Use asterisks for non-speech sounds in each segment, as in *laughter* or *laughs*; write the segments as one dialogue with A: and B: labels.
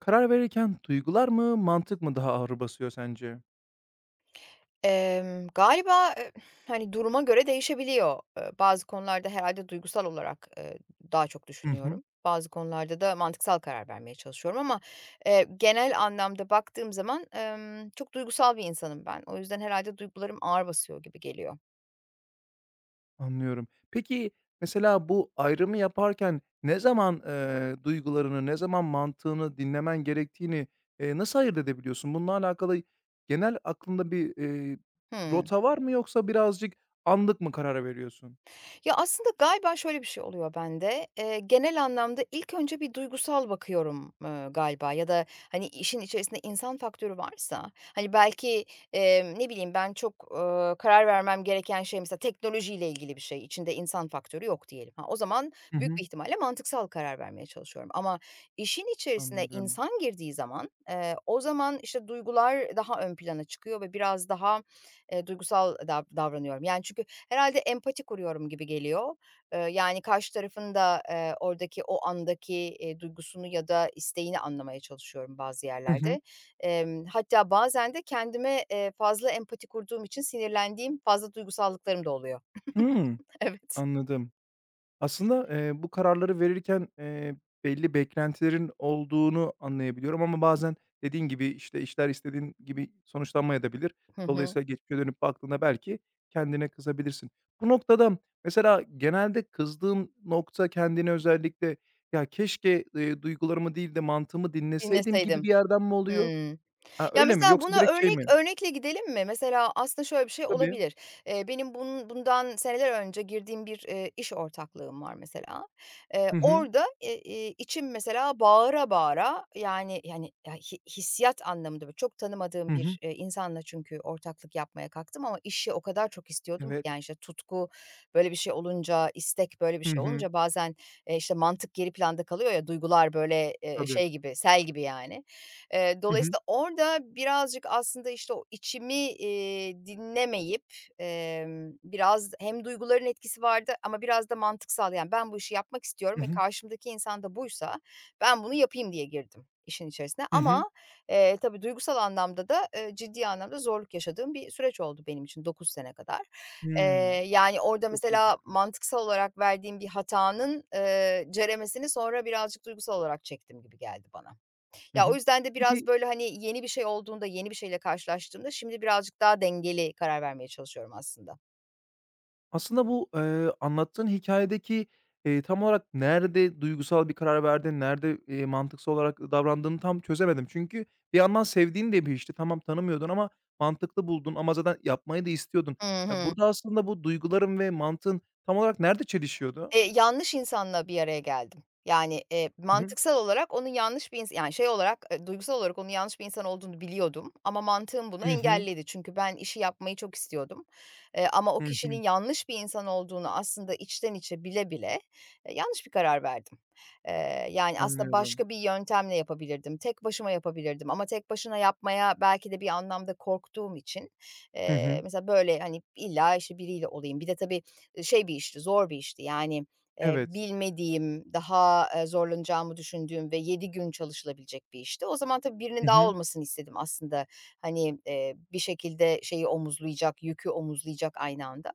A: Karar verirken duygular mı, mantık mı daha ağır basıyor sence?
B: Galiba, hani, duruma göre değişebiliyor. Bazı konularda herhalde duygusal olarak, daha çok
A: Hı hı.
B: düşünüyorum. Bazı konularda da mantıksal karar vermeye çalışıyorum ama, genel anlamda baktığım zaman, çok duygusal bir insanım ben. O yüzden herhalde duygularım ağır basıyor gibi geliyor.
A: Anlıyorum. Peki, mesela bu ayrımı yaparken ne zaman, duygularını, ne zaman mantığını dinlemen gerektiğini, nasıl ayırt edebiliyorsun? Bununla alakalı genel aklında bir
B: Hıı.
A: rota var mı yoksa birazcık anlık mı karar veriyorsun?
B: Ya, aslında galiba şöyle bir şey oluyor bende. Genel anlamda ilk önce bir duygusal bakıyorum, galiba ya da, hani, işin içerisinde insan faktörü varsa, hani, belki, ne bileyim, ben çok, karar vermem gereken şey mesela teknolojiyle ilgili bir şey, içinde insan faktörü yok diyelim. Ha, o zaman
A: Hı
B: büyük
A: hı.
B: bir ihtimalle mantıksal karar vermeye çalışıyorum ama işin içerisine
A: Anladım.
B: insan girdiği zaman, o zaman, işte, duygular daha ön plana çıkıyor ve biraz daha, duygusal davranıyorum. Yani, çünkü herhâlde empati kuruyorum gibi geliyor. Yani, karşı tarafın da, oradaki o andaki, duygusunu ya da isteğini anlamaya çalışıyorum bazı
A: Hı hı.
B: yerlerde. Hatta bazen de kendime, fazla empati kurduğum için sinirlendiğim fazla duygusallıklarım da oluyor.
A: Hımm,
B: *laughs* Evet.
A: anladım. Aslında, bu kararları verirken, belli beklentilerin olduğunu anlayabiliyorum ama bazen dediğin gibi, işte, işler istediğin gibi sonuçlanmayabilir.
B: Hı hı.
A: Dolayısıyla geçmişe dönüp baktığında belki kendine kızabilirsin. Bu noktada mesela genelde kızdığın nokta kendine özellikle "Ya, keşke, duygularımı değil de mantığımı dinleseydim." gibi bir
B: Dinleseydim.
A: yerden mi oluyor?
B: Hıı.
A: Ha,
B: Ya,
A: öyle mi
B: mesela
A: yoksa
B: buna
A: direkt şey mi?
B: örnekle gidelim mi? Mesela aslında şöyle bir şey
A: Tabii.
B: olabilir. Benim bundan seneler önce girdiğim bir, iş ortaklığım var mesela. Eee,
A: Hı hı.
B: orada, içim mesela bağıra bağıra yani, ya, hissiyat anlamında böyle çok
A: Hı
B: tanımadığım bir,
A: hı.
B: insanla çünkü ortaklık yapmaya kalktım ama işi o kadar çok istiyordum ki yani,
A: Evet.
B: işte, tutku böyle bir şey olunca, istek böyle bir
A: Hı
B: şey
A: hı.
B: olunca bazen, işte, mantık geri planda kalıyor ya, duygular böyle,
A: Tabii.
B: şey gibi, sel gibi yani. Eee,
A: Hı hı.
B: dolayısıyla orada birazcık aslında, işte, o içimi, dinlemeyip, biraz hem duyguların etkisi vardı ama biraz da mantıksal, yani, ben bu işi yapmak istiyorum,
A: Hı
B: ve
A: hı.
B: karşımdaki insan da buysa ben bunu yapayım diye girdim işin içerisine
A: Hı hı.
B: ama, tabii duygusal anlamda da, ciddi anlamda zorluk yaşadığım bir süreç oldu benim için 9 sene kadar. Eee,
A: Hımm.
B: yani, orada
A: Çok
B: mesela
A: ilginç.
B: mantıksal olarak verdiğim bir hatanın, ceremesini sonra birazcık duygusal olarak çektim gibi geldi bana.
A: Hı
B: Ya, o
A: hı.
B: yüzden de
A: Peki,
B: biraz, böyle, hani, yeni bir şey olduğunda, yeni bir şeyle karşılaştığımda şimdi birazcık daha dengeli karar vermeye çalışıyorum aslında.
A: aslında bu, anlattığın hikâyedeki, tam olarak nerede duygusal bir karar verdin, nerede, mantıksal olarak davrandığını tam çözemedim. Çünkü bir yandan sevdiğin de bir işti. Tamam, tanımıyordun ama mantıklı buldun ama zaten yapmayı da istiyordun.
B: Hı
A: Ya,
B: hı.
A: burada aslında bu duyguların ve mantığın tam olarak nerede çelişiyordu?
B: Yanlış insanla bir araya geldim. Yani,
A: Hı hı.
B: mantıksal olarak onun yanlış bir yani, şey olarak, duygusal olarak onun yanlış bir insan olduğunu biliyordum ama mantığım bunu
A: Hı hı.
B: engelledi. Çünkü ben işi yapmayı çok istiyordum, ama o
A: Hı hı.
B: kişinin yanlış bir insan olduğunu aslında içten içe bile bile, yanlış bir karar verdim. Yani, aslında
A: Anlıyorum.
B: başka bir yöntemle yapabilirdim. Tek başıma yapabilirdim ama tek başına yapmaya belki de bir anlamda korktuğum için,
A: Hı hı.
B: mesela böyle, hani, illa, işte, biriyle olayım. Bir de tabii, şey bir işti, zor bir işti. Yani
A: Evet.
B: bilmediğim, daha, zorlanacağımı düşündüğüm ve 7 gün çalışılabilecek bir işti. O zaman tabii birinin
A: Hı
B: daha
A: hı.
B: olmasını istedim aslında. Hani, bir şekilde şeyi omuzlayacak, yükü omuzlayacak aynı anda.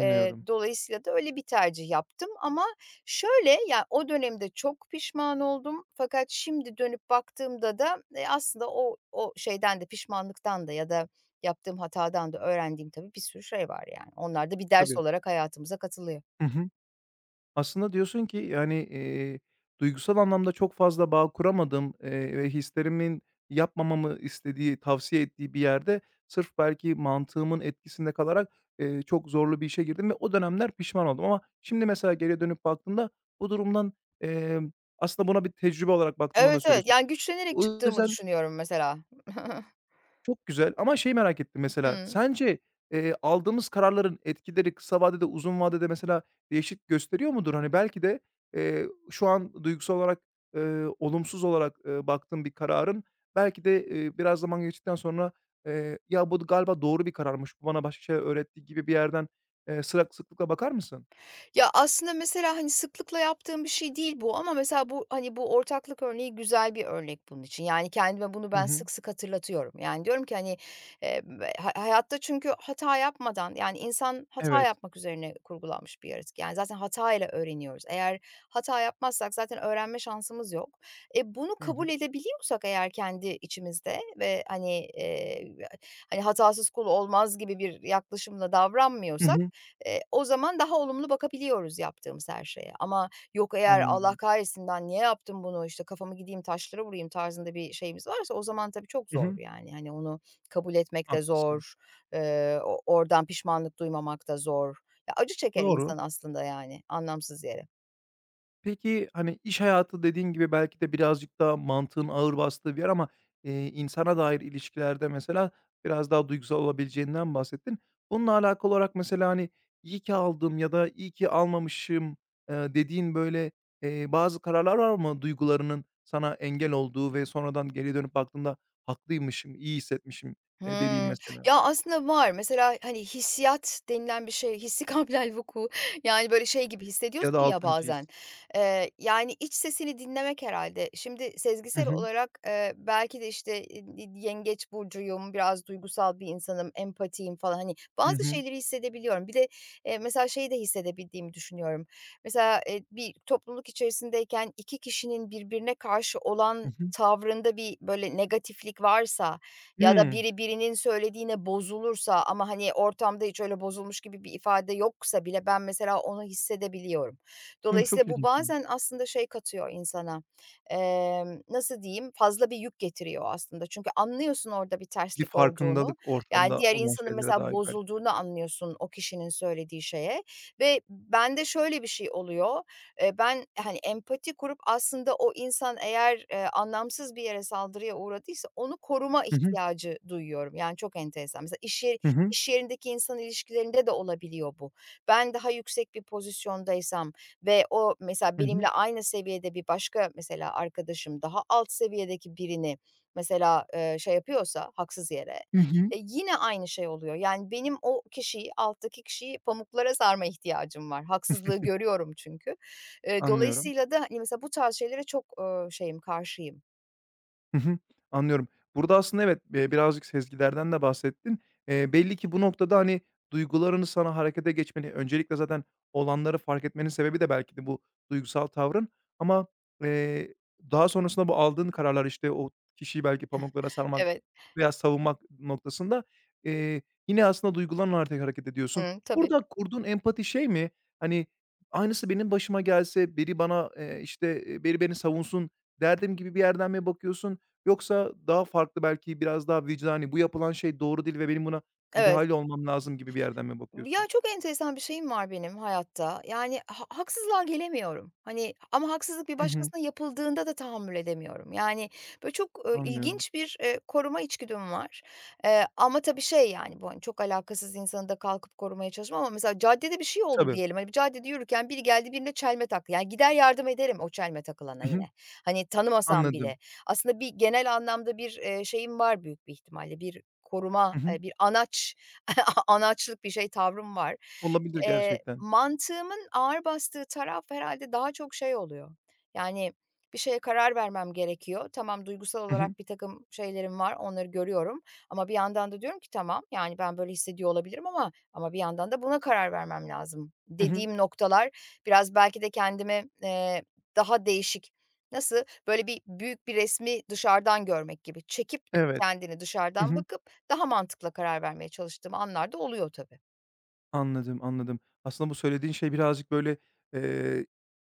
B: Eee, dolayısıyla da öyle bir tercih yaptım ama şöyle, ya, o dönemde çok pişman oldum fakat şimdi dönüp baktığımda da, aslında o şeyden de pişmanlıktan da ya da yaptığım hatadan da öğrendiğim tabii bir sürü şey var yani. Onlar da bir ders
A: Tabii.
B: olarak hayatımıza katılıyor.
A: Hı hı. Aslında diyorsun ki, yani, duygusal anlamda çok fazla bağ kuramadım, ve hislerimin yapmamamı istediği, tavsiye ettiği bir yerde sırf belki mantığımın etkisinde kalarak, çok zorlu bir işe girdim ve o dönemler pişman oldum ama şimdi mesela geriye dönüp baktığımda bu durumdan, emm, aslında buna bir tecrübe olarak baktığımdan da
B: Evet, evet.
A: söylüyorsun.
B: Yani güçlenerek
A: O
B: çıktığımı
A: yüzden
B: düşünüyorum mesela.
A: çok güzel ama şeyi merak ettim
B: *laughs*
A: mesela,
B: Hıı.
A: sence, aldığımız kararların etkileri kısa vadede, uzun vadede mesela değişik gösteriyor mudur? Hani, belki de, şu an duygusal olarak, olumsuz olarak, baktığın bir kararın belki de, biraz zaman geçtikten sonra, "Ya, bu galiba doğru bir kararmış, bu bana başka şey öğretti." gibi bir yerden, sıklıkla bakar mısın?
B: Ya, aslında mesela, hani, sıklıkla yaptığım bir şey değil bu ama mesela bu, hani, bu ortaklık örneği güzel bir örnek bunun için. Yani, kendime bunu
A: Hı
B: ben
A: hı.
B: sık sık hatırlatıyorum. Yani, diyorum ki, hani, eee, ha hayatta çünkü hata yapmadan, yani, insan hata
A: Evet.
B: yapmak üzerine kurgulanmış bir yaratık. Yani, zaten hata ile öğreniyoruz. Eğer hata yapmazsak zaten öğrenme şansımız yok. E, bunu
A: Hı
B: kabul
A: hı.
B: edebiliyorsak eğer kendi içimizde ve, hani, hatasız kul olmaz gibi bir yaklaşımla
A: Hı
B: davranmıyorsak
A: hı.
B: o zaman daha olumlu bakabiliyoruz yaptığımız her şeye ama yok eğer "Allah
A: Anladım.
B: kahretsin, ben niye yaptım bunu, işte, kafamı gideyim taşlara vurayım." tarzında bir şeyimiz varsa o zaman tabii çok
A: Hı
B: zor
A: hı.
B: yani. Hani, onu kabul etmek de
A: Haklısın.
B: zor, o oradan pişmanlık duymamak da zor. Ya, acı çeker
A: Doğru.
B: insan aslında yani anlamsız yere.
A: Peki, hani, iş hayatı dediğin gibi belki de birazcık daha mantığın ağır bastığı bir yer ama, insana dair ilişkilerde mesela biraz daha duygusal olabileceğinden bahsettin. Bununla alakalı olarak mesela, hani, iyi ki aldım." ya da iyi ki almamışım." Dediğin, böyle, bazı kararlar var mı duygularının sana engel olduğu ve sonradan geri dönüp baktığında "Haklıymışım, iyi hissetmişim." Dediğin
B: Hımm.
A: mesela
B: Ya, aslında var. Mesela, hani, hissiyat denilen bir şey, hissi *laughs* kablel vuku yani, böyle, şey gibi
A: ya
B: hissediyorsun
A: da
B: ya
A: 6'ncı
B: bazen.
A: his.
B: Yani, iç sesini dinlemek herhâlde. Şimdi
A: Hı
B: sezgisel
A: hı.
B: olarak, belki de, işte, yengeç burcuyum, biraz duygusal bir insanım, empatiyim falan, hani,
A: Hı
B: bazı
A: hı.
B: şeyleri hissedebiliyorum. Bir de, mesela şeyi de hissedebildiğimi düşünüyorum. Mesela, bir topluluk içerisindeyken 2 kişinin birbirine karşı
A: Hı
B: olan
A: hı.
B: tavrında bir, böyle, negatiflik varsa ya da
A: Hımm.
B: biri birinin söylediğine bozulursa ama, hani, ortamda hiç öyle bozulmuş gibi bir ifade yoksa bile ben mesela onu hissedebiliyorum.
A: Hımm, çok
B: Dolayısıyla bu
A: ilginçmiş.
B: bazen aslında şey katıyor insana, nasıl diyeyim, fazla bir yük getiriyor aslında. Çünkü anlıyorsun orada bir
A: Bir
B: terslik olduğunu.
A: farkındalık
B: Yani
A: ortamda
B: diğer
A: olan
B: insanın
A: şeylere
B: mesela
A: dair belki de.
B: bozulduğunu anlıyorsun o kişinin söylediği şeye ve bende şöyle bir şey oluyor. Ben, hani, empati kurup aslında o insan eğer, anlamsız bir yere saldırıya uğradıysa onu koruma
A: Hı hı.
B: ihtiyacı duyuyorum. Yani çok enteresan. Mesela
A: Hı hı.
B: iş yerindeki insan ilişkilerinde de olabiliyor bu. Ben daha yüksek bir pozisyondaysam ve o mesela
A: Hı
B: benimle
A: hı.
B: aynı seviyede bir başka mesela arkadaşım daha alt seviyedeki birini mesela, şey yapıyorsa haksız yere,
A: Hı hı.
B: e, yine aynı şey oluyor. Yani benim o kişiyi, alttaki kişiyi pamuklara sarma ihtiyacım var. Haksızlığı görüyorum çünkü. Eee,
A: Anlıyorum.
B: dolayısıyla da, hani, mesela bu tarz şeylere çok, şeyim, karşıyım.
A: Hı hı, anlıyorum. Burada aslında evet, birazcık sezgilerden de bahsettin. Belli ki bu noktada, hani, duygularını sana harekete geçmeni, öncelikle zaten olanları fark etmenin sebebi de belki de bu duygusal tavrın ama, eee, daha sonrasında bu aldığın kararlar, işte, o kişiyi belki pamuklara sarmak
B: Evet.
A: veya savunmak noktasında, eee, yine aslında duygularınla artık hareket ediyorsun.
B: Hıı. Tabii.
A: Burada kurduğun empati şey mi? Hani, aynısı benim başıma gelse, biri bana, işte, biri beni savunsun derdim gibi bir yerden mi bakıyorsun? Yoksa daha farklı belki biraz daha vicdani, bu yapılan şey doğru değil ve benim buna
B: Evet.
A: müdahale olmam lazım gibi bir yerden mi
B: Ya,
A: bakıyorsun?
B: çok enteresan bir şeyim var benim hayatta. Yani, haksızlığa gelemiyorum. Hani, ama haksızlık bir
A: Hı hı,
B: başkasına yapıldığında da tahammül edemiyorum. Yani, böyle, çok,
A: anlıyorum.
B: ilginç bir, koruma içgüdüm var. Ama tabii şey, yani, bu, hani, çok alakasız insanı da kalkıp korumaya çalışmam ama mesela caddede bir şey oldu
A: Tabii.
B: diyelim. Hani, bir caddede yürürken biri geldi birine çelme taktı. Yani, gider yardım ederim o çelme takılana
A: Hı hı,
B: yine. Hani, tanımasam
A: anladım.
B: bile. Aslında bir genel anlamda bir, şeyim var büyük bir ihtimalle. Bir koruma,
A: Hı hı,
B: bir anaç *laughs* anaçlık bir şey tavrım var.
A: olabilir
B: Eee,
A: gerçekten.
B: mantığımın ağır bastığı taraf herhalde daha çok şey oluyor. Yani, bir şeye karar vermem gerekiyor. Tamam, duygusal
A: Hı hı,
B: olarak bir takım şeylerim var, onları görüyorum ama bir yandan da diyorum ki "Tamam, yani, ben böyle hissediyor olabilirim ama bir yandan da buna karar vermem lazım."
A: hı hı,
B: dediğim noktalar biraz belki de kendimi, daha değişik nasıl? Böyle bir büyük bir resmi dışarıdan görmek gibi. Çekip
A: evet.
B: kendini
A: Hı
B: dışarıdan
A: hı,
B: bakıp daha mantıklı karar vermeye çalıştığım anlar da oluyor tabii.
A: anladım, anladım. Aslında bu söylediğin şey birazcık böyle, eee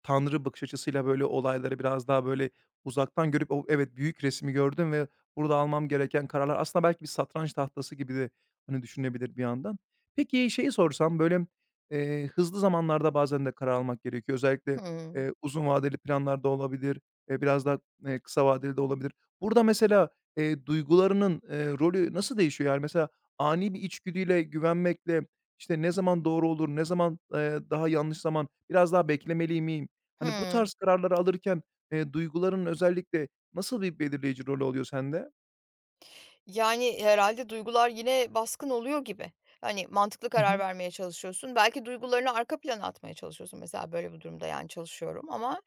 A: tanrı bakış açısıyla, böyle, olayları biraz daha, böyle, uzaktan görüp o evet, büyük resmi gördüm ve burada almam gereken kararlar aslında belki bir satranç tahtası gibi de, hani, düşünebilir bir yandan. Peki, şeyi sorsam, böyle, hızlı zamanlarda bazen de karar almak gerekiyor. Özellikle,
B: Hımm.
A: uzun vadeli planlar da olabilir, biraz daha, kısa vadeli de olabilir. Burada mesela, duygularının, rolü nasıl değişiyor? Yani, mesela ani bir içgüdüyle, güvenmekle, işte, ne zaman doğru olur, ne zaman, daha yanlış zaman, biraz daha beklemeli miyim? Hani, bu
B: Hımm.
A: tarz kararları alırken, duyguların özellikle nasıl bir belirleyici rolü oluyor sende?
B: Yani, herhâlde duygular yine baskın oluyor gibi. Hani, mantıklı
A: Hı
B: karar
A: hı.
B: vermeye çalışıyorsun. Belki duygularını arka plana atmaya çalışıyorsun. Mesela böyle bir durumda, yani, çalışıyorum ama,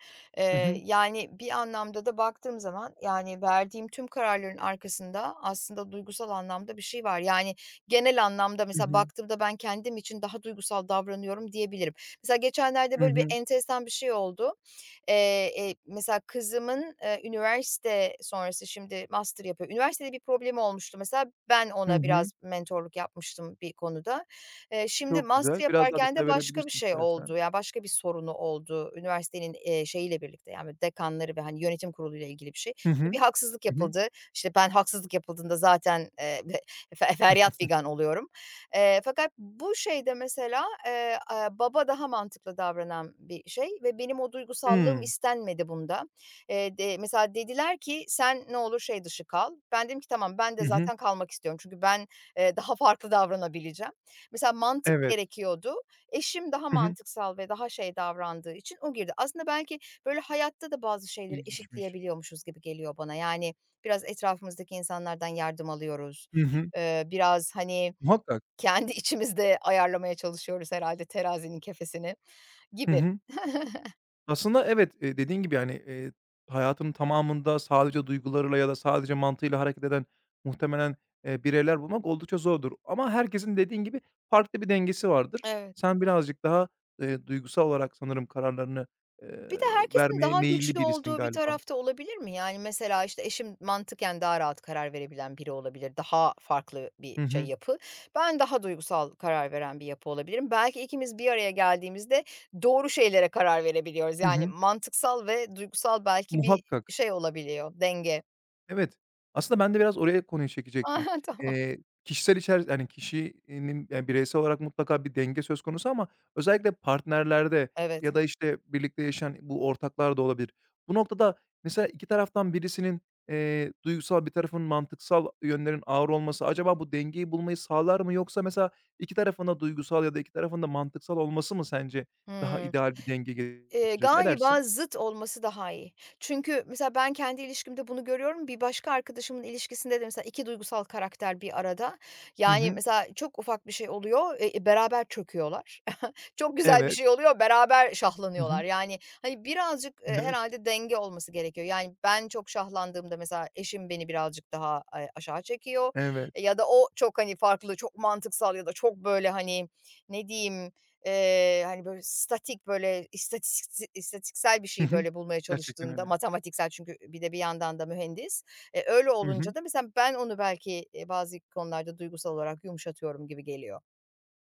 A: Hı hı.
B: yani, bir anlamda da baktığım zaman, yani, verdiğim tüm kararların arkasında aslında duygusal anlamda bir şey var. Yani, genel anlamda
A: Hı
B: mesela
A: hı.
B: baktığımda ben kendim için daha duygusal davranıyorum diyebilirim. Mesela geçenlerde
A: Hı
B: böyle bir
A: hı.
B: enteresan bir şey oldu. Mesela kızımın, üniversite sonrası şimdi master yapıyor. Üniversitede bir problemi olmuştu mesela. Ben
A: Hı
B: ona biraz
A: hı.
B: mentorluk yapmıştım bir konuda. Şimdi
A: Çok güzel.
B: master
A: Biraz daha
B: yaparken de
A: detay
B: başka bir
A: verebilirsin
B: şey
A: istersen.
B: oldu. Ya, başka bir sorunu oldu üniversitenin, şeyiyle birlikte, yani, dekanları ve, hani, yönetim kuruluyla ilgili bir şey.
A: Hı
B: Çünkü bir
A: hı.
B: haksızlık
A: Hı hı.
B: yapıldı. İşte, ben haksızlık yapıldığında zaten, *laughs* feryat figan oluyorum. Fakat bu şeyde mesela, baba daha mantıklı davranan bir şey ve benim o duygusallığım
A: Hımm.
B: istenmedi bunda. De mesela dediler ki, "Sen ne olur şey dışı kal." Ben dedim ki, "Tamam, ben de
A: Hı hı.
B: zaten kalmak istiyorum çünkü ben, daha *laughs* farklı davranabileceğim." Mesela mantık
A: Evet.
B: gerekiyordu. Eşim daha
A: Hı hı.
B: mantıksal ve daha şey davrandığı için o girdi. Aslında belki böyle hayatta da bazı şeyleri
A: İlginçmiş.
B: eşitleyebiliyormuşuz gibi geliyor bana. Yani biraz etrafımızdaki insanlardan yardım alıyoruz.
A: Hı hı.
B: Biraz, hani,
A: Muhakkak.
B: kendi içimizde ayarlamaya çalışıyoruz herhalde terazinin kefesini
A: Hı
B: gibi.
A: hı.
B: *laughs*
A: Aslında evet, dediğin gibi, yani, hayatının tamamında sadece duygularıyla ya da sadece mantığıyla hareket eden muhtemelen, bireyler bulmak oldukça zordur. Ama herkesin dediğin gibi farklı bir dengesi vardır.
B: Evet.
A: Sen birazcık daha, duygusal olarak sanırım kararlarını, eee,
B: Bir de herkesin
A: vermeye
B: daha
A: meyilli
B: güçlü
A: birisin
B: olduğu bir
A: galiba.
B: tarafta olabilir mi? Yani, mesela, işte, eşim mantıken daha rahat karar verebilen biri olabilir, daha farklı bir
A: Hı
B: şey
A: hı.
B: yapı. Ben daha duygusal karar veren bir yapı olabilirim. Belki ikimiz bir araya geldiğimizde doğru şeylere karar verebiliyoruz.
A: Hı
B: Yani,
A: hı.
B: mantıksal ve duygusal belki bir
A: Muhakkak.
B: şey olabiliyor, denge.
A: Evet. Aslında ben de biraz oraya konuyu
B: *laughs*
A: çekecektim.
B: Aha, tamam.
A: Eee, kişisel içer yani, kişinin, yani, bireysel olarak mutlaka bir denge söz konusu ama özellikle partnerlerde
B: Evet.
A: ya da, işte, birlikte yaşayan bu ortaklar da olabilir. Bu noktada mesela 2 taraftan birisinin, duygusal, bir tarafın mantıksal yönlerin ağır olması acaba bu dengeyi bulmayı sağlar mı yoksa mesela 2 tarafında duygusal ya da 2 tarafında mantıksal olması mı sence daha
B: Hımm.
A: ideal bir denge
B: Eee,
A: getirir? Ne
B: galiba
A: dersin?
B: zıt olması daha iyi. Çünkü mesela ben kendi ilişkimde bunu görüyorum. Bir başka arkadaşımın ilişkisinde de mesela 2 duygusal karakter bir arada.
A: Hı
B: Yani,
A: hı.
B: mesela çok ufak bir şey oluyor, beraber çöküyorlar. Çok güzel bir
A: Evet.
B: şey oluyor, beraber
A: Hı hı.
B: şahlanıyorlar. Yani, hani, birazcık,
A: Evet.
B: herhâlde denge olması gerekiyor. Yani, ben çok şahlandığımda mesela eşim beni birazcık daha, aşağı çekiyor. E,
A: Evet.
B: ya da o çok, hani, farklı, çok mantıksal ya da çok, böyle, hani, ne diyeyim, hani, böyle, statik, böyle, istatistiksel bir
A: Hı
B: şey,
A: hı.
B: böyle, bulmaya
A: Gerçekten
B: çalıştığında
A: öyle.
B: matematiksel çünkü bir de bir yandan da mühendis. E, öyle
A: Hı
B: olunca
A: hı.
B: da mesela ben onu belki, bazı konularda duygusal olarak yumuşatıyorum gibi geliyor.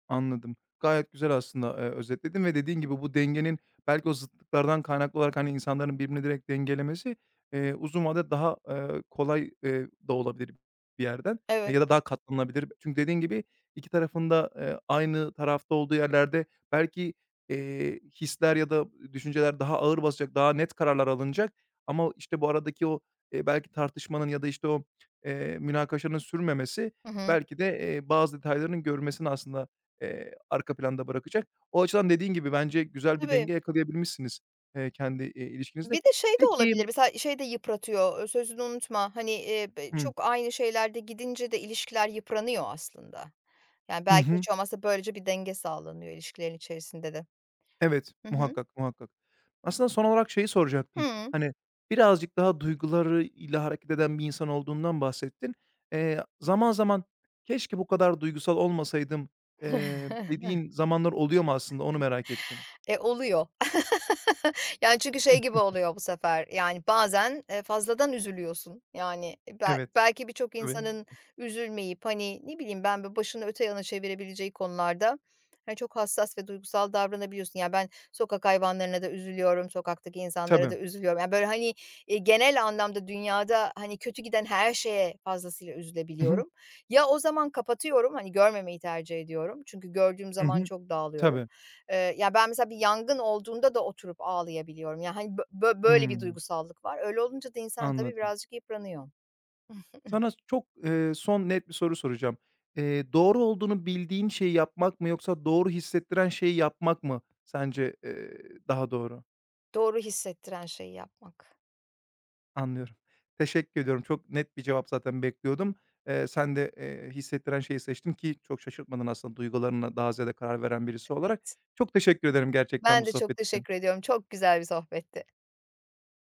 A: Anladım. Gayet güzel aslında, özetledin ve dediğin gibi bu dengenin belki o zıtlıklardan kaynaklı olarak, hani, insanların birbirini direkt dengelemesi, uzun vadede daha, kolay, da olabilir bir yerden,
B: Evet.
A: ya da daha katlanılabilir. Çünkü dediğin gibi 2 tarafında aynı tarafta olduğu yerlerde belki, hisler ya da düşünceler daha ağır basacak, daha net kararlar alınacak ama, işte, bu aradaki o, belki tartışmanın ya da, işte, o, münakaşanın sürmemesi
B: Hı hı.
A: belki de, bazı detayların görülmesini aslında arka planda bırakacak. O açıdan dediğin gibi bence güzel bir
B: Tabii.
A: denge yakalayabilmişsiniz, kendi,
B: Bir
A: ilişkinizde.
B: de şey de
A: Peki.
B: olabilir, mesela şey de yıpratıyor, sözünü unutma, hani,
A: Hıı.
B: çok aynı şeylerde gidince de ilişkiler yıpranıyor aslında. Yani,
A: Hı
B: belki
A: hı.
B: hiç olmazsa böylece bir denge sağlanıyor ilişkilerin içerisinde de.
A: Evet,
B: Hı hı.
A: muhakkak, muhakkak. Aslında son olarak şeyi soracaktım.
B: Hıı.
A: Hani, birazcık daha duygularıyla hareket eden bir insan olduğundan bahsettin. Zaman zaman "Keşke bu kadar duygusal olmasaydım." Dediğin zamanlar oluyor mu aslında? Onu merak ettim.
B: E, oluyor. Yani, çünkü şey
A: Hıh.
B: gibi oluyor bu sefer, yani, bazen, fazladan üzülüyorsun. Yani, e,
A: Evet.
B: belki birçok
A: Tabii.
B: insanın üzülmeyip, hani, ne bileyim ben, bir başını öte yana çevirebileceği konularda, hani, çok hassas ve duygusal davranabiliyorsun. Ya, ben sokak hayvanlarına da üzülüyorum, sokaktaki insanlara
A: Tabii.
B: da üzülüyorum. Ya, böyle, hani, genel anlamda dünyada, hani, kötü giden her şeye fazlasıyla
A: Hı hı.
B: üzülebiliyorum. Ya o zaman kapatıyorum, hani, görmemeyi tercih ediyorum. Çünkü gördüğüm
A: Hı
B: zaman
A: hı.
B: çok dağılıyorum.
A: Tabii.
B: Ya, ben mesela bir yangın olduğunda da oturup ağlayabiliyorum. Yani hani, bö bö böyle bir
A: Hımm.
B: duygusallık var. Öyle olunca da insan tabii
A: Anladım.
B: birazcık yıpranıyor.
A: Sana çok, son net bir soru soracağım. Doğru olduğunu bildiğin şeyi yapmak mı yoksa doğru hissettiren şeyi yapmak mı sence, daha doğru?
B: Doğru hissettiren şeyi yapmak.
A: Anlıyorum. Teşekkür ediyorum. Çok net bir cevap zaten bekliyordum. Sen de, hissettiren şeyi seçtin ki çok şaşırtmadın aslında duygularına daha ziyade karar veren birisi olarak.
B: Evet.
A: Çok teşekkür ederim gerçekten
B: Ben
A: bu
B: de çok
A: sohbet
B: teşekkür
A: için.
B: ediyorum. Çok güzel bir sohbetti.